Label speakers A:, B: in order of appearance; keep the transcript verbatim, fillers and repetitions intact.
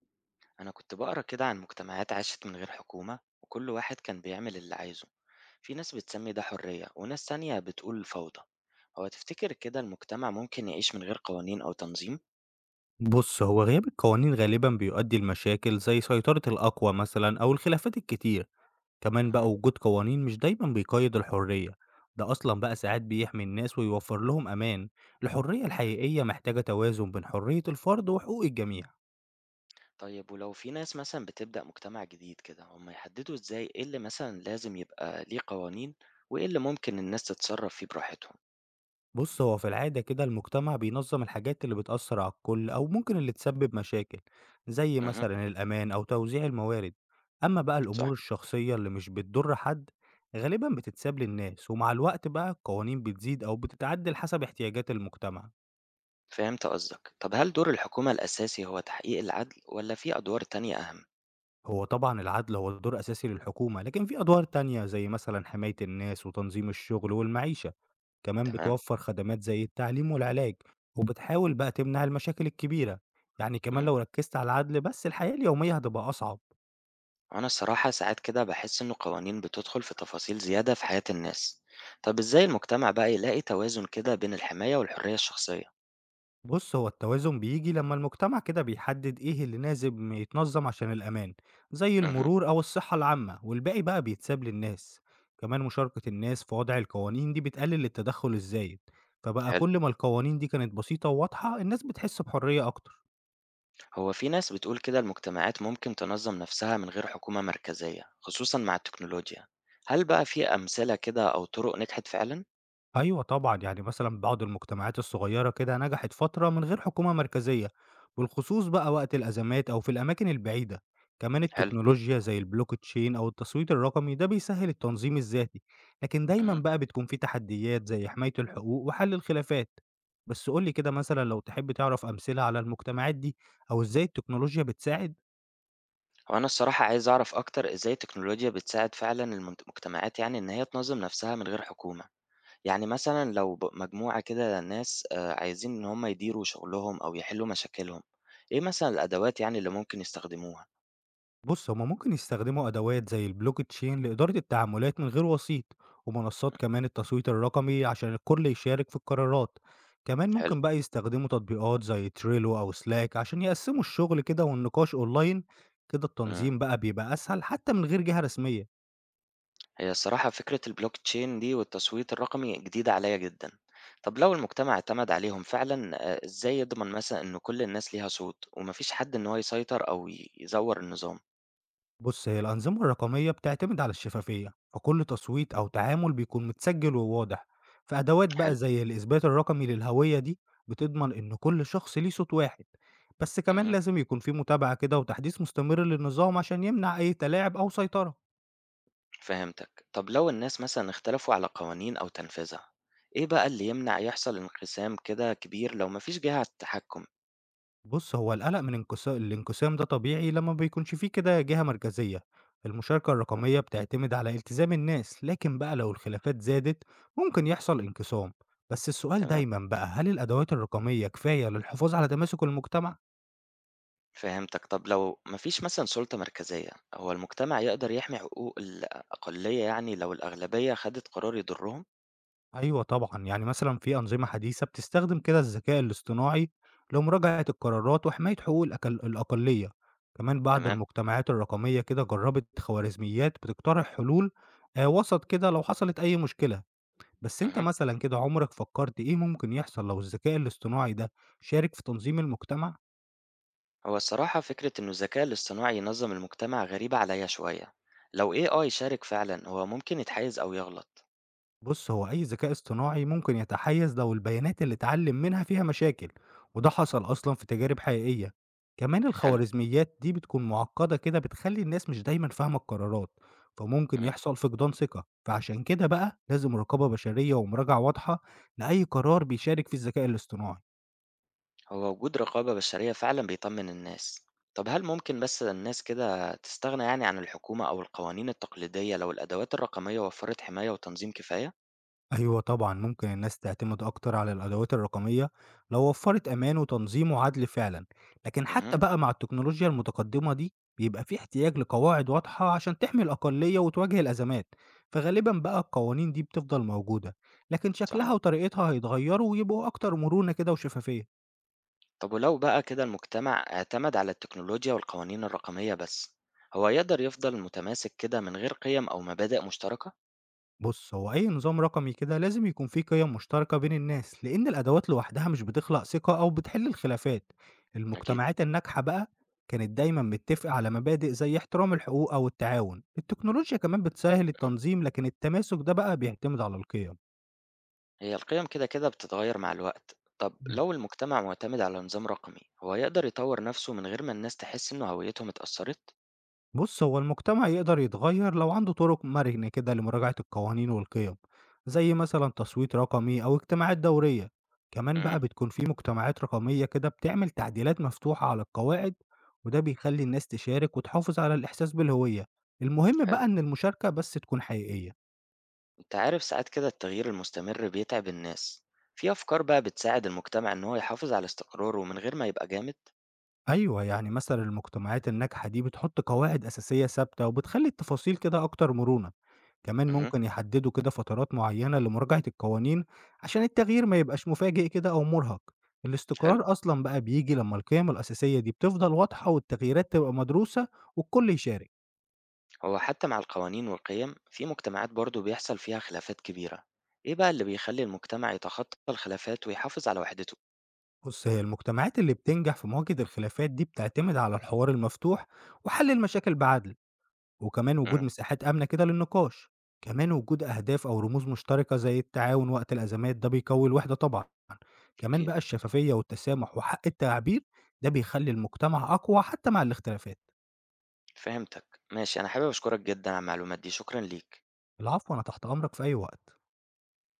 A: أنا كنت بقرأ كده عن مجتمعات عاشت من غير حكومة وكل واحد كان بيعمل اللي عايزه. في ناس بتسمي ده حرية وناس تانية بتقول فوضى. هو تفتكر كده المجتمع ممكن يعيش من غير قوانين أو تنظيم؟
B: بُص، هو غياب القوانين غالبًا بيؤدي لمشاكل زي سيطرة الأقوى مثلًا أو الخلافات الكتير، كمان
A: مه.
B: بقى وجود قوانين مش دايمًا بيقيد الحرية، ده أصلًا بقى ساعات بيحمي الناس ويوفر لهم أمان، الحرية الحقيقية محتاجة توازن بين حرية الفرد وحقوق الجميع.
A: طيب ولو في ناس مثلا بتبدأ مجتمع جديد كده هم يحددوا إزاي إيه اللي مثلا لازم يبقى ليه قوانين وإيه اللي ممكن الناس تتصرف فيه براحتهم؟
B: بُص، هو في العادة كده المجتمع بينظّم الحاجات اللي بتأثّر على الكل أو ممكن اللي تسبب مشاكل، زي
A: مه.
B: مثلًا الأمان أو توزيع الموارد، أمّا بقى
A: صح.
B: الأمور الشخصية اللي مش بتضر حد غالبًا بتتساب للناس، ومع الوقت بقى القوانين بتزيد أو بتتعدل حسب احتياجات المجتمع.
A: فهمت قصدك. طب هل دور الحكومة الأساسي هو تحقيق العدل ولا في أدوار تانية أهم؟
B: هو طبعًا العدل هو دور أساسي للحكومة، لكن في أدوار تانية زي مثلًا حماية الناس وتنظيم الشغل والمعيشة، كمان
A: تمام.
B: بتوفر خدمات زي التعليم والعلاج، وبتحاول بقى تمنع المشاكل الكبيرة، يعني كمان
A: مم.
B: لو ركزت على العدل بس الحياة اليومية هتبقى أصعب.
A: أنا الصراحة ساعات كده بحس إنه قوانين بتدخل في تفاصيل زيادة في حياة الناس، طب إزاي المجتمع بقى يلاقي توازن كده بين الحماية والحرية الشخصية؟
B: بُص، هو التوازن بييجي لمّا المجتمع كده بيحدد إيه اللي لازم يتنظم عشان الأمان، زي
A: اها.
B: المرور أو الصحة العامة، والباقي بقى بيتساب للناس. كمان مشاركة الناس في وضع القوانين دي بتقلل التدخل الزايد، فبقى
A: حلو،
B: كل ما القوانين دي كانت بسيطة وواضحة، الناس بتحس بحرية أكتر.
A: هو في ناس بتقول كده المجتمعات ممكن تنظم نفسها من غير حكومة مركزية، خصوصا مع التكنولوجيا، هل بقى في أمثلة كده أو طرق نجحت فعلا؟
B: أيوه طبعًا، يعني مثلًا بعض المجتمعات الصغيّرة كده نجحت فترة من غير حكومة مركزية، بالخصوص بقى وقت الأزمات أو في الأماكن البعيدة، كمان
A: حلو.
B: التكنولوجيا زي الblockchain أو التصويت الرقمي ده بيسهّل التنظيم الذاتي، لكن دايمًا
A: اها.
B: بقى بتكون في تحديات زي حماية الحقوق وحل الخلافات، بس قُل لي كده مثلًا لو تحب تعرف أمثلة على المجتمعات دي أو إزاي التكنولوجيا بتساعد؟
A: وأنا الصراحة عايز أعرف أكتر إزاي التكنولوجيا بتساعد فعلا المجتمعات يعني إن هي تنظم نفسها من غير حكومة. يعني مثلًا لو ب مجموعة كده ناس آآ عايزين إن هم يديروا شغلهم أو يحلّوا مشاكلهم، إيه مثلًا الأدوات يعني اللي ممكن يستخدموها؟
B: بُص، هُم ممكن يستخدموا أدوات زي الBlockchain لإدارة التعاملات من غير وسيط، ومنصات
A: إمم.
B: كمان التصويت الرقمي عشان الكل يشارك في القرارات، كمان
A: حلو.
B: ممكن بقى يستخدموا تطبيقات زي Trello أو Slack عشان يقسموا الشغل كده والنقاش أونلاين، كده
A: إمم.
B: التنظيم بقى بيبقى أسهل حتى من غير جهة رسمية.
A: هي الصراحة فكرة الBlockchain دي والتصويت الرقمي جديدة عليّا جدًا. طب لو المجتمع اعتمد عليهم فعلًا آآ إزاي يضمن مثلًا إن كل الناس ليها صوت وما فيش حد إن هو يسيطر أو ي يزوّر النظام؟
B: بُص، هي الأنظمة الرقمية بتعتمد على الشفافية، فكل تصويت أو تعامل بيكون متسجل وواضح، في أدوات بقى
A: حلو.
B: زي الإثبات الرقمي للهوية دي بتضمن إن كل شخص ليه صوت واحد، بس كمان
A: اهم.
B: لازم يكون في متابعة كده وتحديث مستمر للنظام عشان يمنع أي تلاعب أو سيطرة.
A: فهمتك. طب لو الناس مثلا اختلفوا على قوانين أو تنفيذها إيه بقى اللي يمنع يحصل انقسام كده كبير لو مفيش جهة على التحكم؟
B: بُص، هو القلق من انقسا الانقسام ده طبيعي لمّا ما بيكونش في كده جهة مركزية، المشاركة الرقمية بتعتمد على التزام الناس، لكن بقى لو الخلافات زادت ممكن يحصل انقسام، بس السؤال
A: تمام.
B: دايمًا بقى هل الأدوات الرقمية كفاية للحفاظ على تماسك المجتمع؟
A: فهمتك. طب لو مفيش مثلا سلطة مركزية هو المجتمع يقدر يحمي حقوق الأقلية يعني لو الأغلبية خدت قرار يضرهم؟
B: أيوه طبعًا، يعني مثلًا في أنظمة حديثة بتستخدم كده الذكاء الاصطناعي لمراجعة القرارات وحماية حقوق الأك الأقلية، كمان بعض
A: تمام.
B: المجتمعات الرقمية كده جربت خوارزميات بتقترح حلول آآ وسط كده لو حصلت أي مشكلة. بس أنت
A: مه.
B: مثلًا كده عمرك فكرت إيه ممكن يحصل لو الذكاء الاصطناعي ده شارك في تنظيم المجتمع؟
A: هو الصراحة فكرة إنه الذكاء الاصطناعي ينظم المجتمع غريبة عليا شوية. لو A I شارك فعلا هو ممكن يتحيز أو يغلط.
B: بُص، هو أي ذكاء اصطناعي ممكن يتحيز لو البيانات اللي اتعلم منها فيها مشاكل، وده حصل أصلًا في تجارب حقيقية. كمان
A: حلو.
B: الخوارزميات دي بتكون معقدة كده بتخلّي الناس مش دايمًا فاهمة القرارات، فممكن
A: مم.
B: يحصل فقدان ثقة. فعشان كده بقى لازم رقابة بشرية ومراجعة واضحة لأي قرار بيشارك فيه الذكاء الاصطناعي.
A: هو وجود رقابة بشرية فعلا بيطمن الناس. طب هل ممكن بس الناس كده تستغنى يعني عن الحكومة أو القوانين التقليدية لو الأدوات الرقمية وفرت حماية وتنظيم كفاية؟
B: أيوه طبعًا، ممكن الناس تعتمد أكتر على الأدوات الرقمية لو وفّرت أمان وتنظيم وعدل فعلًا، لكن
A: امم.
B: حتى بقى مع التكنولوجيا المتقدمة دي، بيبقى في احتياج لقواعد واضحة عشان تحمي الأقلية وتواجه الأزمات، فغالبًا بقى القوانين دي بتفضل موجودة، لكن
A: صح.
B: شكلها وطريقتها هيتغيروا ويبقوا أكتر مرونة كده وشفافية.
A: طب ولو بقى كده المجتمع اعتمد على التكنولوجيا والقوانين الرقمية بس هو يقدر يفضل متماسك كده من غير قيم أو مبادئ مشتركة؟
B: بص هو أي نظام رقمي كده لازم يكون فيه قيم مشتركة بين الناس لأن الأدوات لوحدها مش بتخلق ثقة أو بتحل الخلافات،
A: أكيد.
B: المجتمعات الناجحة بقى كانت دايما متفقة على مبادئ زي احترام الحقوق أو التعاون، التكنولوجيا كمان بتسهل
A: مم.
B: التنظيم لكن التماسك ده بقى بيعتمد على القيم.
A: هي القيم كده كده بتتغير مع الوقت. طب لو المجتمع معتمد على نظام رقمي هو يقدر يطور نفسه من غير ما الناس تحس إنه هويتهم اتأثرت؟
B: بص هو المجتمع يقدر يتغير لو عنده طرق مرنة كده لمراجعة القوانين والقيم، زي مثلا تصويت رقمي أو اجتماعات دورية، كمان
A: امم.
B: بقى بتكون في مجتمعات رقمية كده بتعمل تعديلات مفتوحة على القواعد، وده بيخلي الناس تشارك وتحافظ على الإحساس بالهوية، المهم
A: حلو.
B: بقى إن المشاركة بس تكون حقيقية.
A: أنت عارف ساعات كده التغيير المستمر بيتعب الناس. في أفكار بقى بتساعد المجتمع إن هو يحافظ على استقراره من غير ما يبقى جامد؟
B: أيوه، يعني مثلًا المجتمعات الناجحة دي بتحُط قواعد أساسية ثابتة وبتخلّي التفاصيل كده أكتر مرونة، كمان
A: امم.
B: ممكن يحدّدوا كده فترات معيّنة لمراجعة القوانين عشان التغيير ما يبقاش مفاجئ كده أو مُرهق،
A: حلو.
B: الاستقرار أصلًا بقى بييجي لمّا القيم الأساسية دي بتفضل واضحة والتغييرات تبقى مدروسة والكل يشارك،
A: هو حتى مع القوانين والقيم في مجتمعات برضو بيحصل فيها خلافات كبيرة. إيه بقى اللي بيخلي المجتمع يتخطى الخلافات ويحافظ على وحدته؟
B: بُص هي المجتمعات اللي بتنجح في مواجهة الخلافات دي بتعتمد على الحوار المفتوح وحَل المشاكل بعدل. وكمان وجود
A: امم.
B: مساحات آمنة كده للنقاش، كمان وجود أهداف أو رموز مشتركة زي التعاون وقت الأزمات ده بيقوي الوحدة طبعًا، كمان
A: أكيد.
B: بقى الشفافية والتسامح وحق التعبير ده بيخلي المجتمع أقوى حتى مع الاختلافات،
A: فهمتك. ماشي. أنا حابب أشكرك جدا على المعلومات دي. شكرا ليك.
B: العفو أنا تحت أمرك في أي وقت.